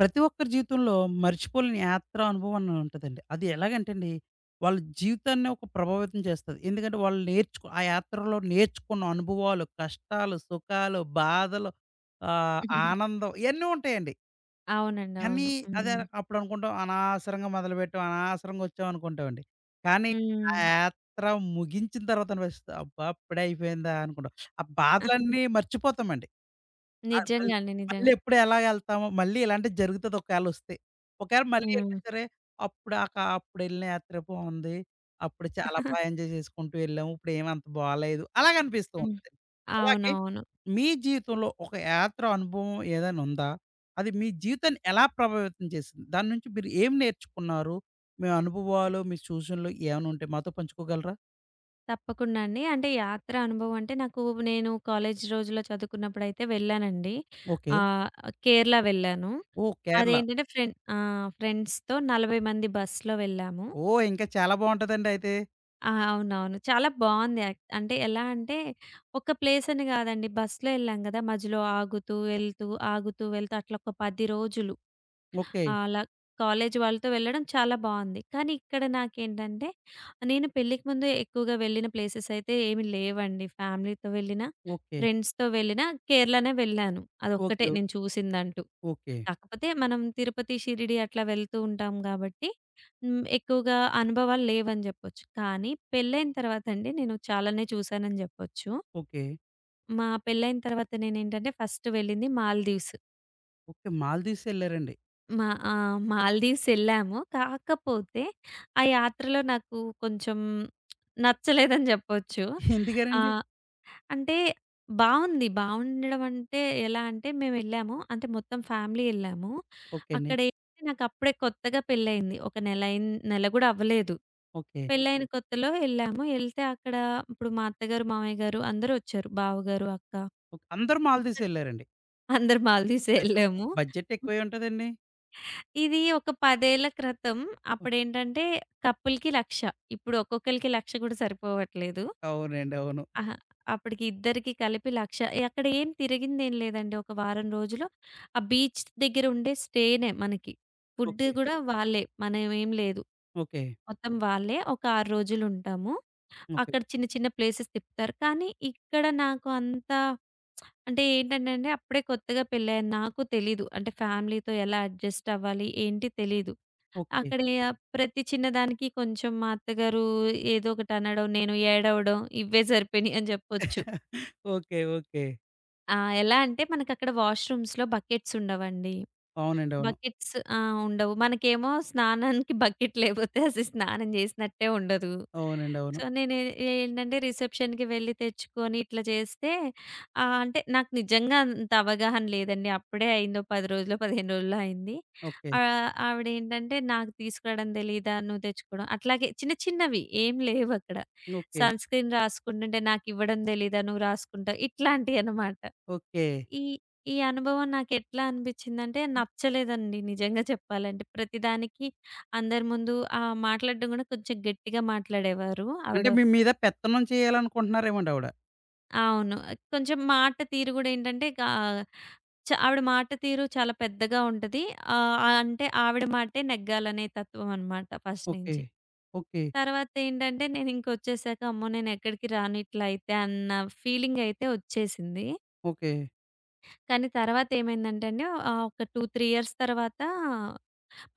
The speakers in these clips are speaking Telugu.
ప్రతి ఒక్కరి జీవితంలో మర్చిపోలేని యాత్ర అనుభవం అని ఉంటుందండి. అది ఎలాగంటే అండి, వాళ్ళ జీవితాన్ని ఒక ప్రభావితం చేస్తది. ఎందుకంటే వాళ్ళు నేర్చుకు ఆ యాత్రలో నేర్చుకున్న అనుభవాలు, కష్టాలు, సుఖాలు, బాధలు, ఆహ్, ఆనందం ఇయన్నీ ఉంటాయండి. అవునండి. కానీ అవును. అదే హ్మ్. అప్పుడు అనుకుంటాం అనవసరంగా మొదలుపెట్టాం, అనవసరంగా వచ్చామనుకుంటామండి. కానీ ఆ హ్మ్. యాత్ర ముగించిన తర్వాత అనిపిస్తది. అబ్బా! ఇప్పుడే అయిపోయిందా అనుకుంటాం. ఆ బాధలన్నీ మర్చిపోతామండి. ఆ! మళ్ నిజంగా అండి. మళ్ళీ నిజంగా. ఎప్పుడు ఎలాగెళ్తామో, మళ్ళీ ఇలాంటిది జరుగుతది ఒకవేళొస్తే. ఒకవేళ మళ్ళీ హ్మ్. ఎళ్ళినా సరే, అప్పుడు ఆక అప్పుడెళ్ళిన యాత్ర బావుంది. అప్పుడు చాలా ఎంజాయ్ చేసుకుంటూ వెళ్ళాము. ఇప్పుడేమి అంత బాలేదు. అలాగనిపిస్తూ హ్మ్. ఉంటదండి. అలాగే అవునవును. మీ జీవితంలో ఒక యాత్ర అనుభవం ఏదైనా ఉందా? అది మీ జీవితాన్ని ఎలా ప్రభావితం చేసింది? దాని నుంచి మీరు ఏం నేర్చుకున్నారు? మీ అనుభవాలు, మీ సూచనలు ఏమైనా ఉంటే మాతో పంచుకోగలరా? తప్పకుండా అండి. అంటే యాత్ర అనుభవం అంటే నాకు నేను కాలేజీ రోజుల్లో చదువుకున్నప్పుడైతే వెళ్ళానండి. ఓకే. ఆహ్, కేరళ వెళ్ళాను. ఓహ్! కేరళ. అదేంటంటే ఫ్రెండ్ ఆ! ఫ్రెండ్స్‌తో 40 మంది బస్‌లో వెళ్ళాము. ఓహ్! ఇంకా చాలా బావుంటదండి అయితే. ఆ! అవునవును. చాలా బావుంది. యాక్ అంటే ఎలా అంటే ఒక ప్లేస్ అని కాదండి. బస్‌లో వెళ్ళాం కదా! మధ్యలో ఆగుతూ, వెళ్తూ, ఆగుతూ, వెళ్తూ అట్లా ఒక 10 రోజులు. ఓకే. అలా కాలేజీ వాళ్ళతో వెళ్ళడం చాలా బావుంది. కానీ ఇక్కడ నాకేంటంటే, నేను పెళ్ళికి ముందు ఎక్కువగా వెళ్ళిన ప్లేసెస్ అయితే ఏమి లేవండి. ఫ్యామిలీతో వెళ్ళినా, ఓకే. ఫ్రెండ్స్‌తో వెళ్ళినా కేరళనే వెళ్ళాను. అదొక్కటే ఓకే. నేను చూసిందంటూ. ఓకే. కాకపోతే మనం తిరుపతి, షిరిడి అట్లా వెళ్తూ ఉంటాం గాబట్టి, హ్మ్, ఎక్కువగా అనుభవాలు లేవని జెప్పొచ్చు. కానీ పెళ్ళైన తర్వాత అండి నేను చాలానే చూసానని జెప్పొచ్చు. ఓకే. మా పెళ్ళైన తర్వాత నేనేంటంటే, ఫస్ట్ వెళ్ళింది మాల్దీవ్స్. ఓకే. మాల్‌దీవ్స్ ఎళ్లారండి. మా ఆ! మాల్దీవ్స్ ఎళ్ళాము. కాకపోతే ఆ యాత్రలో నాకు కొంచెం నచ్చలేదని జెప్పొచ్చు. ఎందుకనండి? ఆహ్, అంటే బావుంది. బావుండడం అంటే ఎలా అంటే మేమెళ్ళాము. అంటే మొత్తం ఫ్యామిలీ ఎళ్ళాము. ఓకే అండి. అక్కడేంటంటే నాకప్పుడే కొత్తగా పెళ్లయింది. ఒక నెల గూడా అవ్వలేదు. ఓకే. పెళ్లయిన కొత్తలో ఎళ్ళాము. ఎళ్తే అక్కడ ఇప్పుడు మా అత్తగారు, మామయ్య గారు అందరూ ఒచ్చారు. బావగారు, అక్క. ఓకే. అందరూ ఇక్కడ మాల్‌దీవ్స్ ఎళ్లారండి. అందరు మాల్దీవ్సే అయితే ఎళ్ళాము. బడ్జెట్ ఎక్కువే ఉంటదండి. ఇది ఒక 10 ఏళ్ల క్రితం. అప్పుడేంటంటే కపుల్‌కి 1,00,000. ఇప్పుడు ఒక్కొక్కళ్ళకి 1,00,000 కూడా సరిపోవట్లేదు. అవునండి. అవును. అహా! అప్పటికి ఇద్దరికి కలిపి 1,00,000 అక్కడ ఏం తిరిగిందేం లేదండి. ఒక వారం రోజులు ఆ బీచ్ దగ్గర ఉండే స్టేనే మనకి. Food okay. కూడా వాళ్ళే మనమేం లేదు. ఓకే. మొత్తం వాళ్ళే ఒక 6 రోజులు ఉంటాము. ఓకే. అక్కడ చిన్న చిన్న ప్లేసెస్ తిప్పుతారు. కానీ ఇక్కడ నాకు అంత అంటే ఏంటంటే అండి అప్పుడే కొత్తగా పెళ్ళయ్యాను. నాకు తెలీదు. అంటే ఫ్యామిలీతో ఎలా అడ్జస్ట్ అవ్వాలి ఏంటి తెలీదు. ఓకే. అక్కడ ఏ ప్రతి చిన్నదానికి కొంచెం మా అత్తగారు ఏదో ఒకటి అనడం, నేను ఏడవడం ఇవే సరిపోయినాయి అని జెప్పొచ్చు. ఓకే. ఓకే. ఆ! ఎలా అంటే మనకక్కడ వాష్‌రూమ్స్‌లో బకెట్స్ ఉండవండి. అవునండి. అవును. బకెట్స్ ఆ! ఉండవు. మనకేమో స్నానానికి బకెట్ లేపోతే అసలు స్నానం చేసినట్టే ఉండదు. అవునండి. అవును. సో, నేను ఏంటంటే రిసెప్షన్‌కి వెళ్లి తెచ్చుకొని ఇట్లా చేస్తే అంటే నాకు నిజంగా అంత అవగాహన లేదండి. అప్పుడే అయిందో 10 రోజులో, 15 రోజులో అయింది. ఓకే. ఆవిడేంటంటే నాకు తీసుకురావడం తెలీదా? నువ్వు తెచ్చుకోవడం అట్లాగే చిన్న చిన్నవి ఏం లేవక్కడ. ఓకే. సన్‌స్క్రీన్ రాసుకుంటుంటే నాకివ్వడం తెలీదా? నువ్వు రాసుకుంటావు. ఇట్లాంటియనమాట. ఓకే. ఈ ఈ అనుభవం నాకెట్లా అనిపిచ్చిందంటే నచ్చలేదండి నిజంగా చెప్పాలంటే. ప్రతిదానికి అందరి ముందు మాట్లాడడం గూడా కొంచెం గట్టిగా మాట్లాడేవారు ఆవిడ. అంటే మీ మీద పెత్తనం చేయాలనుకుంటున్నారేమోండి, ఆవిడ. అవును. కొంచెం మాట తీరు గూడా ఏంటంటే గా చ ఆవిడ మాట తీరు చాలా పెద్దగా ఉంటది. అంటే ఆవిడ మాటే నెగ్గాలనే తత్వం అనమాట ఫస్ట్ ఓకే. నుంచి. ఓకే. తర్వాతేంటంటే నేనింకొచ్చేసాక అమ్మో, నేనెక్కడికి రాను ఇట్లా అయితే అన్న ఫీలింగయితే ఒచ్చేసింది. ఓకే. కానీ తర్వాతేమైందంటే అండి, ఒక 2, 3 ఇయర్స్ తర్వాత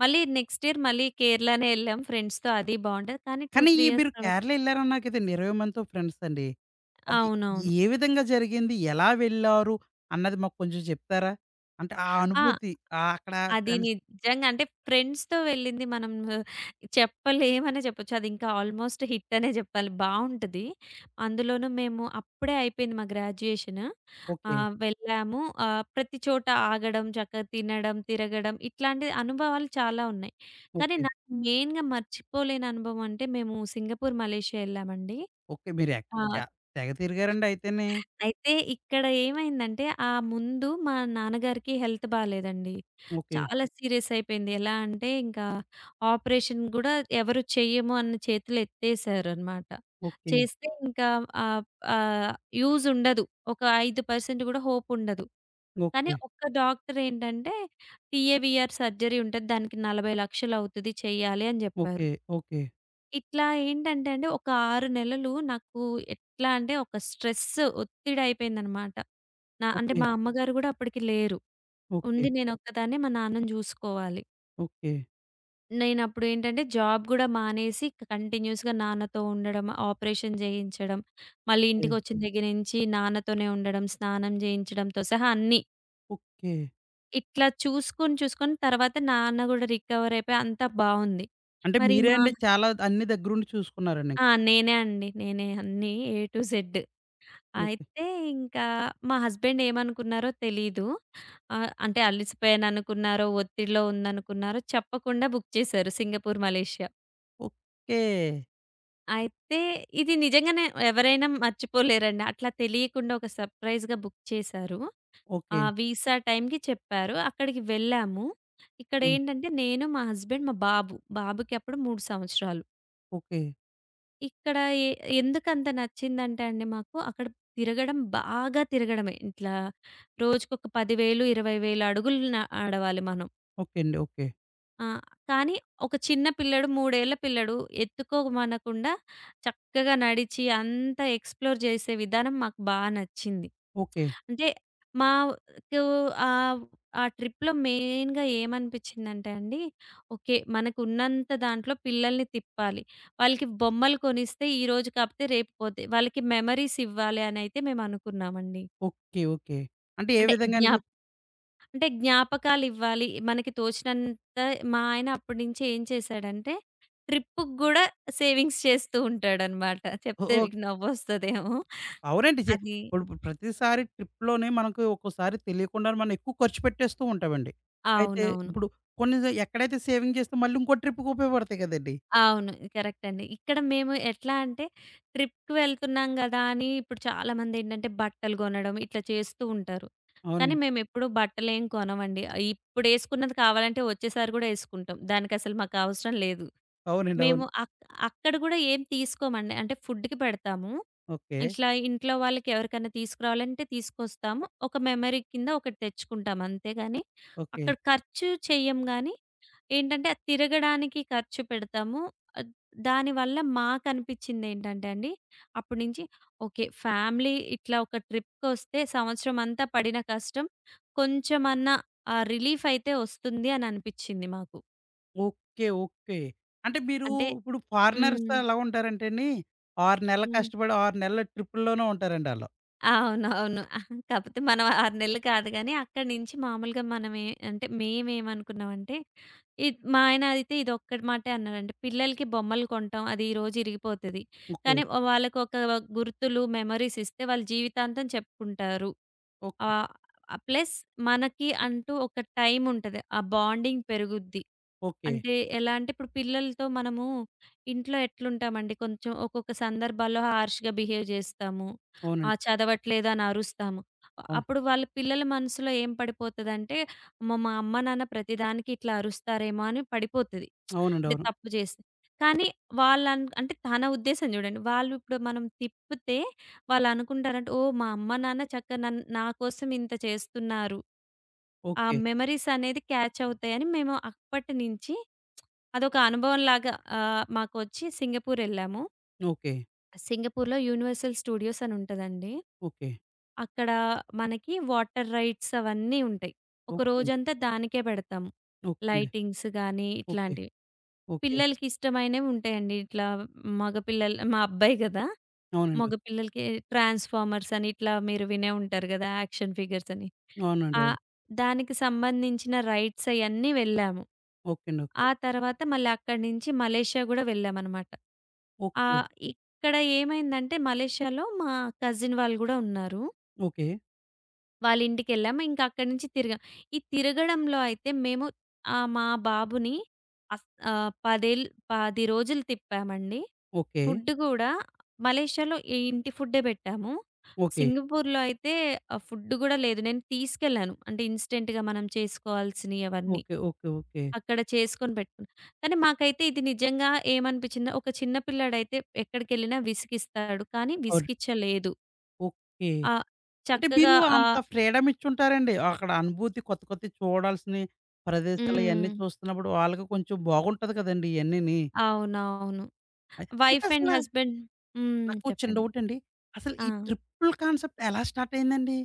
మళ్ళీ నెక్స్ట్ ఇయర్ మళ్ళీ కేరళనే ఎళ్ళాం ఫ్రెండ్స్‌తో. అది బావుంటది. కానీ 2, కానీ 3 ఈ ఇయర్స్ మీరు తర్వాత కేరళ ఎళ్లారన్నారు కదండీ! 20 మందితో ఫ్రెండ్స్ అండి. అది అవునవును. ఏ విధంగా జరిగింది? ఎలా వెళ్లారు? అన్నది మాకు కొంచెం చెప్తారా? అంటే ఆ ఆ! అనుభూతి, అక్కడ అది ఫ్రెండ్స్. నిజంగా అంటే ఫ్రెండ్స్‌తో వెళ్ళింది మనం చెప్పలేమనే చెప్పొచ్చు. అది ఇంకా ఆల్‌మోస్ట్ హిట్ అనే చెప్పాలి. బావుంటది. అందులోనూ మేము అప్పుడే అయిపోయింది మా గ్రాడ్యుయేషన్. ఓకే. వెళ్ళాము. ప్రతి చోట ఆగడం, చక్కగా తినడం, తిరగడం ఇట్లాంటి అనుభవాలు చాలా ఉన్నాయి. కానీ ఓకే. నాకు మెయిన్‌గా మర్చిపోలేని అనుభవం అంటే మేము సింగపూర్, మలేషియా ఎళ్ళామండి. ఓకే. మీరు ఎక్ ఆ! చ తెగ తిరిగారండి అయితేని. అయితే ఇక్కడ ఏమైందంటే ఆ ముందు మా నాన్నగారికి హెల్త్ బాలేదండి. ఓకే. చాలా సీరియస్ అయిపోయింది. ఎలా అంటే ఇంకా ఆపరేషన్ గూడా ఎవరు చెయ్యము అన్న చేతులెత్తేసారనమాట. ఓకే. చేస్తే ఇంకా ఆహ్, ఆహ్, యూజ్ ఉండదు. ఒక 5% గూడా హోప్ ఉండదు. కానీ ఓకే. ఒక్క డాక్టర్ ఏంటంటే టీఏవీఆర్ సర్జరీ ఉంటది. దానికి 40,00,000 అవుతది, చేయాలి అని జెప్పారు. ఓకే. ఇట్లా ఏంటంటే అండి ఒక 6 నెలలు నాకు ఎట్లా అంటే ఒక స్ట్రెస్, ఒత్తిడయిపోయిందనమాట. అంటే ఓకే. మా అమ్మగారు గూడా అప్పటికి లేరు. ఓకే. ఉంది నేనొక్కదాన్నే మా నాన్నని జూసుకోవాలి. ఓకే. నేనప్పుడేంటంటే జాబ్ గూడా మానేసి కంటిన్యూస్‌గా నాన్నతో ఉండడం, ఆపరేషన్ జేయించడం, ఓకే. మళ్ళీ ఓకే. ఇంటికొచ్చిన దగ్గర నుంచి నాన్నతోనే ఉండడం, స్నానం జేయించడంతో సహా అన్నీ. ఓకే. ఇట్లా చూసుకొని, చూసుకొని తర్వాత నాన్న గూడా రికవర్ అయిపోయి అంతా బావుంది. అంటే మరి మీరే మా అండి చాలా అన్ని దగ్గరుండి చూసుకున్నారండి. ఆ! నేనే అండి. నేనే అన్నీ, ఏ టు జెడ్. ఓకే. అయితే ఇంకా మా హస్బెండ్ ఏమనుకున్నారో తెలీదు. అంటే అలిసిపోయాననుకున్నారో, ఒత్తిడిలో ఉందనుకున్నారో చెప్పకుండా బుక్ చేశారు సింగపూర్, మలేషియా. ఓకే. అయితే ఇది నిజంగానే ఎవరైనా మర్చిపోలేరండి. అట్లా తెలియకుండా ఒక సర్‌ప్రైజ్‌గా బుక్ చేశారు. ఓకే. ఆ వీసా టైమ్‌కి చెప్పారు. అక్కడికి వెళ్ళాము. ఆ! ఇక్కడేంటంటే నేను, మా హస్బెండ్, మా బాబు. బాబుకి అప్పుడు 3 సంవత్సరాలు. ఓకే. ఇక్కడ ఎ ఎందుకంత నచ్చిందంటే అండి మాకు అక్కడ తిరగడం బాగా తిరగడమే. ఇట్లా రోజుకొక 10,000, 20,000 అడుగులు నడవాలి మనం. ఓకే అండి. ఓకే. ఆ! కానీ ఒక చిన్న పిల్లోడు, 3 ఏళ్ల పిల్లోడు ఎత్తుకోమనకుండా చక్కగా నడిచి అంతా ఎక్స్‌ప్లోర్ చేసే విధానం మాకు బా నచ్చింది. ఓకే. అంటే మాకు ఆహ్, ఆ ట్రిప్‌లో మెయిన్‌గా ఏమనిపించిందంటే అండి, ఓకే, మనకున్నంత దాంట్లో పిల్లల్ని తిప్పాలి. వాళ్ళకి బొమ్మలు కొనిస్తే ఈరోజు కాకపోతే రేపు పోతాయి. వాళ్ళకి మెమోరీస్ ఇవ్వాలి అనైతే మేమనుకున్నామండి. ఓకే. ఓకే. అంటే ఏ అంటే విధంగా జ్ఞా అండి? అంటే జ్ఞాపకాలివ్వాలి. మనకి తోచినంత. మా ఆయన అప్పటి నుంచి ఏం చేశాడంటే, ట్రిప్పుకి గూడా సేవింగ్స్ చేస్తూ ఉంటాడనమాట. ఓ చెప్తే ఓ మీకు నవ్వొస్తదేమో! అవునండి. అది ఇప్పుడు ప్రతిసారి ట్రిప్‌లోనే మనకు ఒక్కోసారి తెలియకుండానే మనం ఎక్కువ ఖర్చు పెట్టేస్తూ ఉంటామండి. అయితే అవునవును. ఇప్పుడు కొన్ని ఎక్కడైతే సేవింగ్ చేస్తే మళ్ళీ ఇంకో ట్రిప్‌కి ఉపయోగపడతాయి కదండీ! అవును. కరెక్ట్ అండి. ఇక్కడ మేము ఎట్లా అంటే, ట్రిప్‌కి వెళ్తున్నాం గదా అని ఇప్పుడు చాలామందేంటంటే బట్టలు గొనడం ఇట్లా చేస్తూ ఉంటారు. కానీ అవునండి. మేమెప్పుడూ బట్టలేం కొనమండి. ఇప్పుడేసుకున్నది కావాలంటే వచ్చేసారి గూడా యేసుకుంటాం. దానికసలు మాకు అవసరం లేదు. అవునండి. మేము అవును. అక్ అక్కడ గూడా ఏం తీసుకోమండి. అంటే ఫుడ్‌కి పెడతాము. ఓకే. ఇట్లా ఇంట్లో వాళ్ళకి ఎవరికైనా తీసుకురావాలంటే తీసుకొస్తాము. ఒక మెమరీ కింద ఒకటి తెచ్చుకుంటాం అంతే గాని, ఓకే. అక్కడ ఖర్చు చెయ్యం గానీ, ఏంటంటే అది తిరగడానికి ఖర్చు పెడతాము. ఆహ్, దానివల్ల మాకనిపిచ్చిందేంటంటే అండి, అప్పటి నుంచి ఓకే, ఫ్యామిలీ ఇట్లా ఒక ట్రిప్‌కొస్తే సంవత్సరం అంతా పడిన కష్టం కొంచెమన్నా ఆ రిలీఫ్ అయితే వస్తుంది అని అనిపిచ్చింది మాకు. ఓకే. ఓకే. అంటే మీరు అంటే ఇప్పుడు ఫారినర్స్‌తో హ్మ్. ఎలా ఉంటారంటే అండి, 6 నెలలు హ్మ్. కష్టపడి 6 నెలలు ట్రిప్పుల్లోనే ఉంటారండి ఆళ్ళు. అవునవును. కాకపోతే మనం 6 నెలలు కాదు గానీ, అక్కడి నుంచి మామూలుగా మనమే అంటే మేమేమనుకున్నామంటే, మా ఆయన అయితే ఇదొక్కటి మాటే అన్నాడండి. పిల్లలకి బొమ్మలు కొంటాం, అది ఈరోజు ఇరిగిపోతది. ఓకే. కానీ వాళ్ళకొక గుర్తులు, మెమోరీస్ ఇస్తే వాళ్ళు జీవితాంతం చెప్పుకుంటారు. ఓకే. ఆహ్, ఆహ్, ప్లస్ మనకి అంటూ ఒక టైమ్ ఉంటది. ఆ బాండింగ్ పెరుగుద్ది. ఓకే. అంటే ఎలా అంటే ఇప్పుడు పిల్లలతో మనము ఇంట్లో ఎట్లుంటామండి కొంచెం ఒక్కొక్క సందర్భాల్లో హార్ష్‌గా బిహేవ్ జేస్తాము. ఆ! అవునండి. చదవట్లేదు అని అరుస్తాము. అవును. అప్పుడు వాళ్ళ పిల్లల మనసులో ఏం పడిపోతదంటే, అమ్మో, మా అమ్మ, నాన్న ప్రతిదానికి ఇట్లా అరుస్తారేమో అని పడిపోతది. అవునండి. అంటే అవును. తప్పు జేస్తే. కానీ అంటే తన ఉద్దేశం జూడండి. వాళ్ళు ఇప్పుడు మనం తిప్పితే వాళ్ళనుకుంటారంటే, ఓహ్, మా అమ్మ, నాన్న చక్కగా నా కోసం ఇంత చేస్తున్నారు. ఆ ఓకే. మెమోరీస్ అనేది క్యాచ్ అవుతాయని మేము అప్పటి నుంచి అదొక అనుభవంలాగా మాకొచ్చి సింగపూరెళ్ళాము. ఓకే. సింగపూర్‌లో యూనివర్సల్ స్టూడియోస్ అని ఉంటదండి. ఓకే. అక్కడ మనకి వాటర్ రైడ్స్ అవన్నీ ఉంటాయి. ఒక ఓకే అండి. రోజంతా దానికే పెడతాము. ఓకే అండి. లైటింగ్స్ గాని ఓకే. ఇట్లాంటివి. ఓకే. పిల్లలకి ఇష్టమైనవి ఉంటాయండి. ఇట్లా మగ పిల్లలు మా అబ్బాయి గదా! అవునండి. మగ పిల్లలకి 'ట్రాన్స్‌ఫార్మర్స్' అని ఇట్లా మీరు వినే ఉంటారు గదా! యాక్షన్ ఫిగర్స్ అని. అవునండి. అవును. ఆహ్, దానికి సంబంధించిన రైడ్స్ అయన్నీ వెళ్ళాము. ఓకే అండి. ఆ తర్వాత మళ్ళీ అక్కడి నుంచి మలేషియా గూడా వెళ్ళామనమాట. ఓకే. ఇక్కడ ఏమైందంటే మలేషియాలో మా కజిన్ వాళ్ళు గూడా ఉన్నారు. ఓకే. వాళ్ళింటికెళ్ళాము. ఇంకా అక్కడి నుంచి తిరిగాం. ఈ తిరగడంలో అయితే మేము మా బాబుని అస్ 10 ఏళ్ళు 10 రోజులు తిప్పామండి. ఓకే. ఫుడ్ గూడా మలేషియాలో ఈ ఇంటి ఫుడ్డే పెట్టాము. ఓకే. సింగపూర్‌లో అయితే ఫుడ్ గూడా లేదు. నేను తీసుకెళ్ళాను. అంటే ఇన్‌స్టంట్‌గా మనం చేసుకోవాల్సినయి అవన్నీ. ఓకే. ఓకే. ఓకే. అక్కడ చేసుకొని పెట్టుకున్నా. కానీ మాకైతే ఇది నిజంగా ఏమనిపించిందో, ఒక చిన్న పిల్లాడైతే ఎక్కడికెళ్ళినా విసిగిస్తాడు. కానీ అవును. విసిగిచ్చలేదు. ఓకే. ఆహ్, అంటే మీరు చక్కగా అంత ఆహ్ ఫ్రీడమ్ ఇచ్చుంటారండి. అక్కడ అనుభూతి కొత్త కొత్తవి చూడాల్సిన ప్రదేశాలు ఇయన్నీ హ్మ్. చూస్తున్నప్పుడు వాళ్ళకి కొంచెం బాగుంటది కదండీ! ఇయన్నీని. అవునవును. అయి అయితే వైఫ్ అండ్ అసల హస్బెండ్. హ్మ్. నాకో చిన్న చెప్పండి. డౌటండి. అసలు ఆ! ఈ ట్రిప్పులు కాన్సెప్ట్ ఎలా స్టార్ట్ అయిందండి?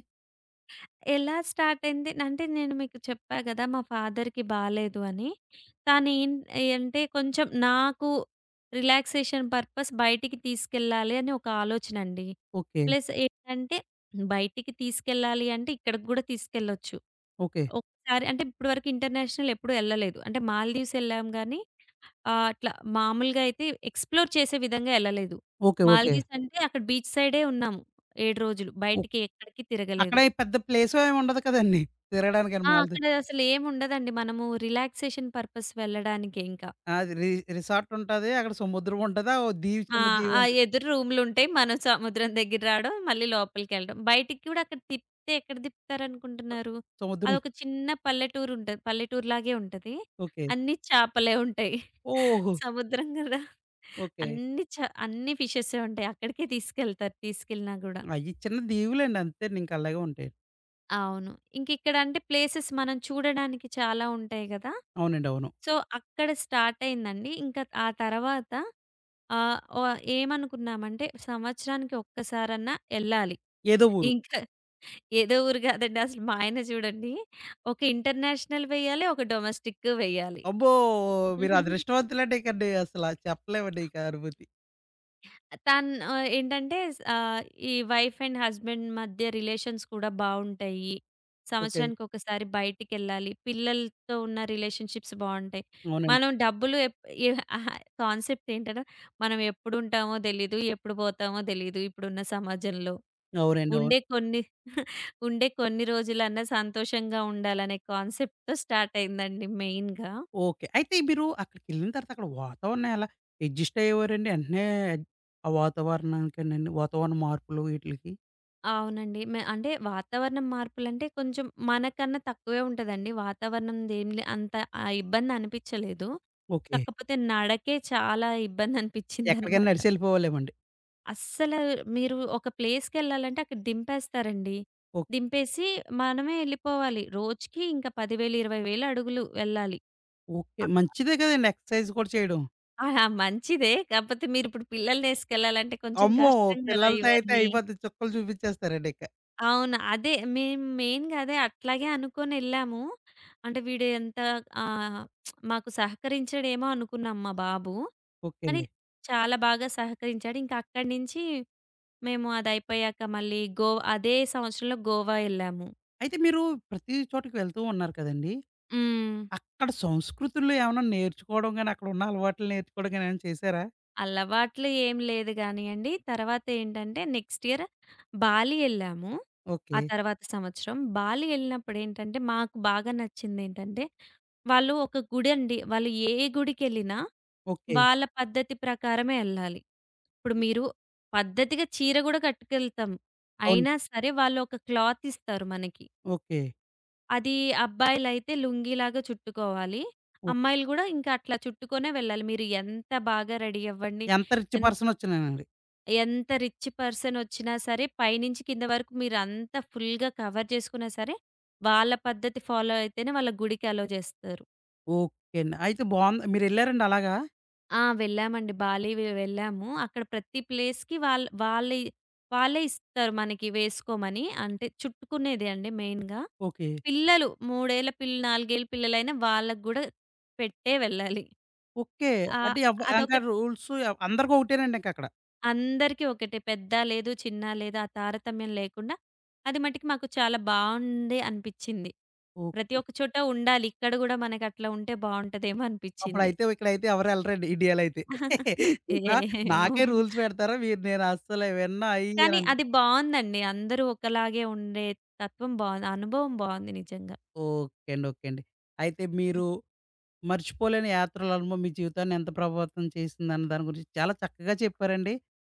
ఎలా స్టార్ట్ అయింది? అంటే నేను మీకు చెప్పా గదా మా ఫాదర్‌కి బాలేదు అని. తనేం అంటే కొంచెం నాకు రిలాక్సేషన్ పర్పస్ బయటికి తీసుకెళ్ళాలి అని ఒక ఆలోచనండి. ఓకే. ప్లస్ ఏంటంటే బయటికి తీసుకెళ్ళాలి అంటే ఇక్కడికి గూడా తీసుకెళ్ళొచ్చు. ఓకే. ఒకసారి అంటే ఇప్పటి వరకు ఇంటర్నేషనల్ ఎప్పుడు ఎళ్ళలేదు. అంటే మాల్దీవ్స్ ఎళ్ళాం గానీ ఆ! అట్లా మామూలుగా అయితే ఎక్స్‌ప్లోర్ చేసే విధంగా ఎళ్ళలేదు. ఓకే. ఓకే. మాల్దీవ్స్ అంటే అక్కడ బీచ్ సైడే ఉన్నాము 7 రోజులు. ఓహ్! బయటికి ఎక్కడికి అక్కడ తిరగలేదు. ఈ పెద్ద ప్లేస్ ఏమి ఉండదు కదండీ! తిరగడానికని ఆ! మాల్‌ది. అక్కడ అసలేముండదండి. మనము రిలాక్సేషన్ పర్పస్ వెళ్ళడానికే ఇంకా. అది రి రిసార్ట్ ఉంటది. అక్కడ సముద్రం ఉంటది. ఓ దీవి ఆ! చిన్న దీవి ఆ ఉంటది. ఎదురు రూములుంటాయి. మనం సముద్రం దగ్గర రావడం, మళ్ళీ లోపలికెళ్ళడం. బయటికి కూడా అక్కడ తిప్పితే ఎక్కడ తిప్పుతారనుకుంటున్నారు? సముద్రం. అదొక చిన్న పల్లెటూరుంటది. పల్లెటూరులాగే ఉంటది. ఓకే. అన్నీ చేపలే ఉంటాయి. ఓహో! సముద్రం గదా! ఓకే. అన్ని చ అన్ని ఫిషెసే ఉంటాయి. అక్కడికే తీసుకెళ్తారు, తీసుకెళ్ళినా గూడా. అయి చిన్న దీవులండి అంతేండి. ఇంక అలాగే ఉంటాయి. అవును. ఇంకిక్కడంటే ప్లేసెస్ మనం చూడడానికి చాలా ఉంటాయి గదా! అవునండి. అవును. సో, అక్కడ స్టార్ట్ అయిందండి. ఇంకా ఆ తర్వాత ఆహ్, వ ఏమనుకున్నామంటే సంవత్సరానికి ఒక్కసారన్నా ఎళ్ళాలి. ఏదో ఊరు. ఇంకా ఏదో ఊరు గాదండి. అసలు మా ఆయన చూడండి, ఒక ఇంటర్నేషనల్ వెయ్యాలి, ఒక డొమెస్టిక్ వెయ్యాలి. అబ్బో! మీరు అదృష్టవంతులండి ఇకండి అసల చెప్పలేమండి ఇక అనుభూతి. తను ఆహ్, ఈ వైఫ్ అండ్ హస్బెండ్ మధ్య రిలేషన్స్ కూడా బావుంటాయి. ఓకే. సంవత్సరానికి ఒకసారి బయటికెళ్ళాలి. పిల్లలతో ఉన్న రిలేషన్‌షిప్స్ బావుంటాయి. అవునండి. మనం డబ్బులు ఎప్ ఎ అహా, కాన్సెప్ట్ ఏంటంటే మనం ఎప్పుడుంటామో తెలీదు, ఎప్పుడు పోతామో తెలీదు ఇప్పుడున్న సమాజంలో. అవునండి. అవును. ఉండే కొన్ని ఉండే కొన్ని రోజులన్నా సంతోషంగా ఉండాలనే కాన్సెప్ట్‌తో స్టార్ట్ అయిందండి మెయిన్‌గా. ఓకే. అయితే మీరు అక్కడికెళ్ళిన తర్వాత అక్కడ వాతావరణం ఎలా అడ్జస్ట్ అయ్యేవారండి? వెంటనే ఆ వాతావరణానికేనండి వాతావరణ మార్పులు వీటిలికి? అవునండి. అంటే వాతావరణం మార్పులంటే కొంచెం మనకన్నా తక్కువే ఉంటదండి. వాతావరణంది ఏం లే అంత ఆ ఇబ్బందనిపిచ్చలేదు. ఓకే. కాకపోతే నడకే చాలా ఎక్కడికైనా ఇబ్బందనిపిచ్చిందనమాట. నడిచెళ్ళిపోవాలేమండి. అస్సలు మీరు ఒక ప్లేస్‌కెళ్ళాలంటే అక్కడ దింపేస్తారండి. ఓకే. దింపేసి మనమే ఎళ్ళిపోవాలి. రోజుకి ఇంక 10,000, 20,000 అడుగులు వెళ్ళాలి. ఓకే. అ మంచిదే కదండీ ఎక్సర్సైజ్ కూడా చేయడం. ఆ! మంచిదే. కాపోతే మీరిప్పుడు పిల్లలనేసుకెళ్ళాలంటే కొంచెం అమ్మో! కష్టం గదా పిల్లలతో అయితే ఇవన్నీ. అయిపోద్ది. చుక్కలు చూపించేస్తారండి ఇక. అవును. అదే మేము మెయిన్‌గా అదే అట్లాగే అనుకోనెళ్ళాము. అంటే వీడు ఎంత ఆహ్, మాకు సహకరించడేమో అనుకున్నాం మా బాబు. ఓకే కానీ అండి. చాలా బాగా సహకరించాడు. ఇంకా అక్కడి నుంచి మేము అదయిపోయాక మళ్ళీ గో అదే సంవత్సరంలో గోవా ఎళ్ళాము. అయితే మీరు ప్రతి చోటకి వెళ్తూ ఉన్నారు కదండీ! హ్మ్. అక్కడ సంస్కృతుల్లో ఏమన్నా నేర్చుకోవడం గాని, అక్కడ ఉన్న అలవాట్లు నేర్చుకోవడం గాని ఏమైనా చేసారా? అలవాట్లు ఏం లేదు గానీయండి. తర్వాతేంటంటే నెక్స్ట్ ఇయర్ బాలి ఎళ్ళాము. ఆ ఓకే. తర్వాత సంవత్సరం. బాలి ఎళ్ళినప్పుడేంటంటే మాకు బాగా నచ్చిందేంటంటే, వాళ్ళు ఒక గుడండి. వాళ్ళు ఏ గుడికెళ్ళినా ఓకే. వాళ్ళ పద్ధతి ప్రకారమే ఎళ్ళాలి. ఇప్పుడు మీరు పద్ధతిగా చీర గూడా కట్టుకెళ్తాం. అవును. అయినా సరే వాళ్ళు ఒక క్లాత్ ఇస్తారు మనకి. ఓకే. అది అబ్బాయిలైతే లుంగీలాగా చుట్టుకోవాలి. ఓకే. అమ్మాయిలు గూడా ఇంకా అట్లా చుట్టుకొనే వెళ్ళాలి. మీరు ఎంత బాగా రెడీ అవ్వండి. ఎంత రిచ్ ఎంత పర్సన్ వచ్చినానండి. ఎంత రిచ్ పర్సనొచ్చినా సరే, పైనుంచి కింద వరకు మీరంతా ఫుల్‌గా కవర్ చేసుకున్నా సరే, వాళ్ళ పద్ధతి ఫాలో అయితేనే వాళ్ళ గుడికి అలో చేస్తారు. ఓకే అండి. అయితే బావుంది. మీరెళ్లారండి అలాగా? ఆ! వెళ్ళామండి. బాలి వె వెళ్ళాము. అక్కడ ప్రతి ప్లేస్‌కి వాళ్ళే ఇస్తారు మనకి వేసుకోమని. అంటే చుట్టుకునేదే అండి మెయిన్‌గా. ఓకే. పిల్లలు 3 ఏళ్ల పిల్ల 4 ఏళ్ల పిల్లలైనా వాళ్ళకి గూడా పెట్టే వెళ్ళాలి. ఓకే. ఆహ్, అంటే ఎవ్ అదొక ఇంకా రూల్స్ అందరికి ఒకటేనండి ఇంకక్కడ. అందరికీ ఒకటే. పెద్ద లేదు, చిన్న లేదు, ఆ తారతమ్యం లేకుండా అది మటికి మాకు చాలా బావుంది అనిపిచ్చింది. ప్రతి ఓకే. ఒక్క చోట ఉండాలి. ఇక్కడ గూడా మనకట్లా ఉంటే బావుంటదేమో అనిపిచ్చింది. అప్పుడైతే ఇక్కడైతే ఎవరు ఎళ్ళరండి ఇండియాలో అయితే. నా ఏమో! నాకే రూల్స్ పెడతారు. మీరు నేను అస్సలు వినను అయి కానీ ఇయనండి. అది బావుందండి. అందరూ ఒకలాగే ఉండే తత్వం బావుంది. అనుభవం బావుంది నిజంగా. ఓకే అండి. ఓకే అండి. అయితే మీరు మర్చిపోలేని యాత్రల అనుభవం మీ జీవితాన్ని ఎంత ప్రభావితం చేసిందన్న దాని గురించి చాలా చక్కగా చెప్పారండి.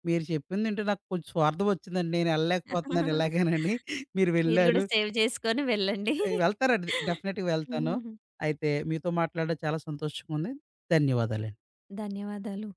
మీరు చెప్పింది వింటే నాకు కొంచెం స్వార్థం వచ్చిందండి. నేను ఎళ్ళలేకపోతున్నాను ఎలాగోనని. మీరు మీరు గూడా వెళ్లారు. సేవ్ చేసుకొని వెళ్ళండి. వెళ్తారండి డెఫినెట్‌గా వెళ్తాను. హ్మ్. అయితే మీతో మాట్లాడడం చాలా సంతోషంగా ఉంది. ధన్యవాదాలండి. ధన్యవాదాలు.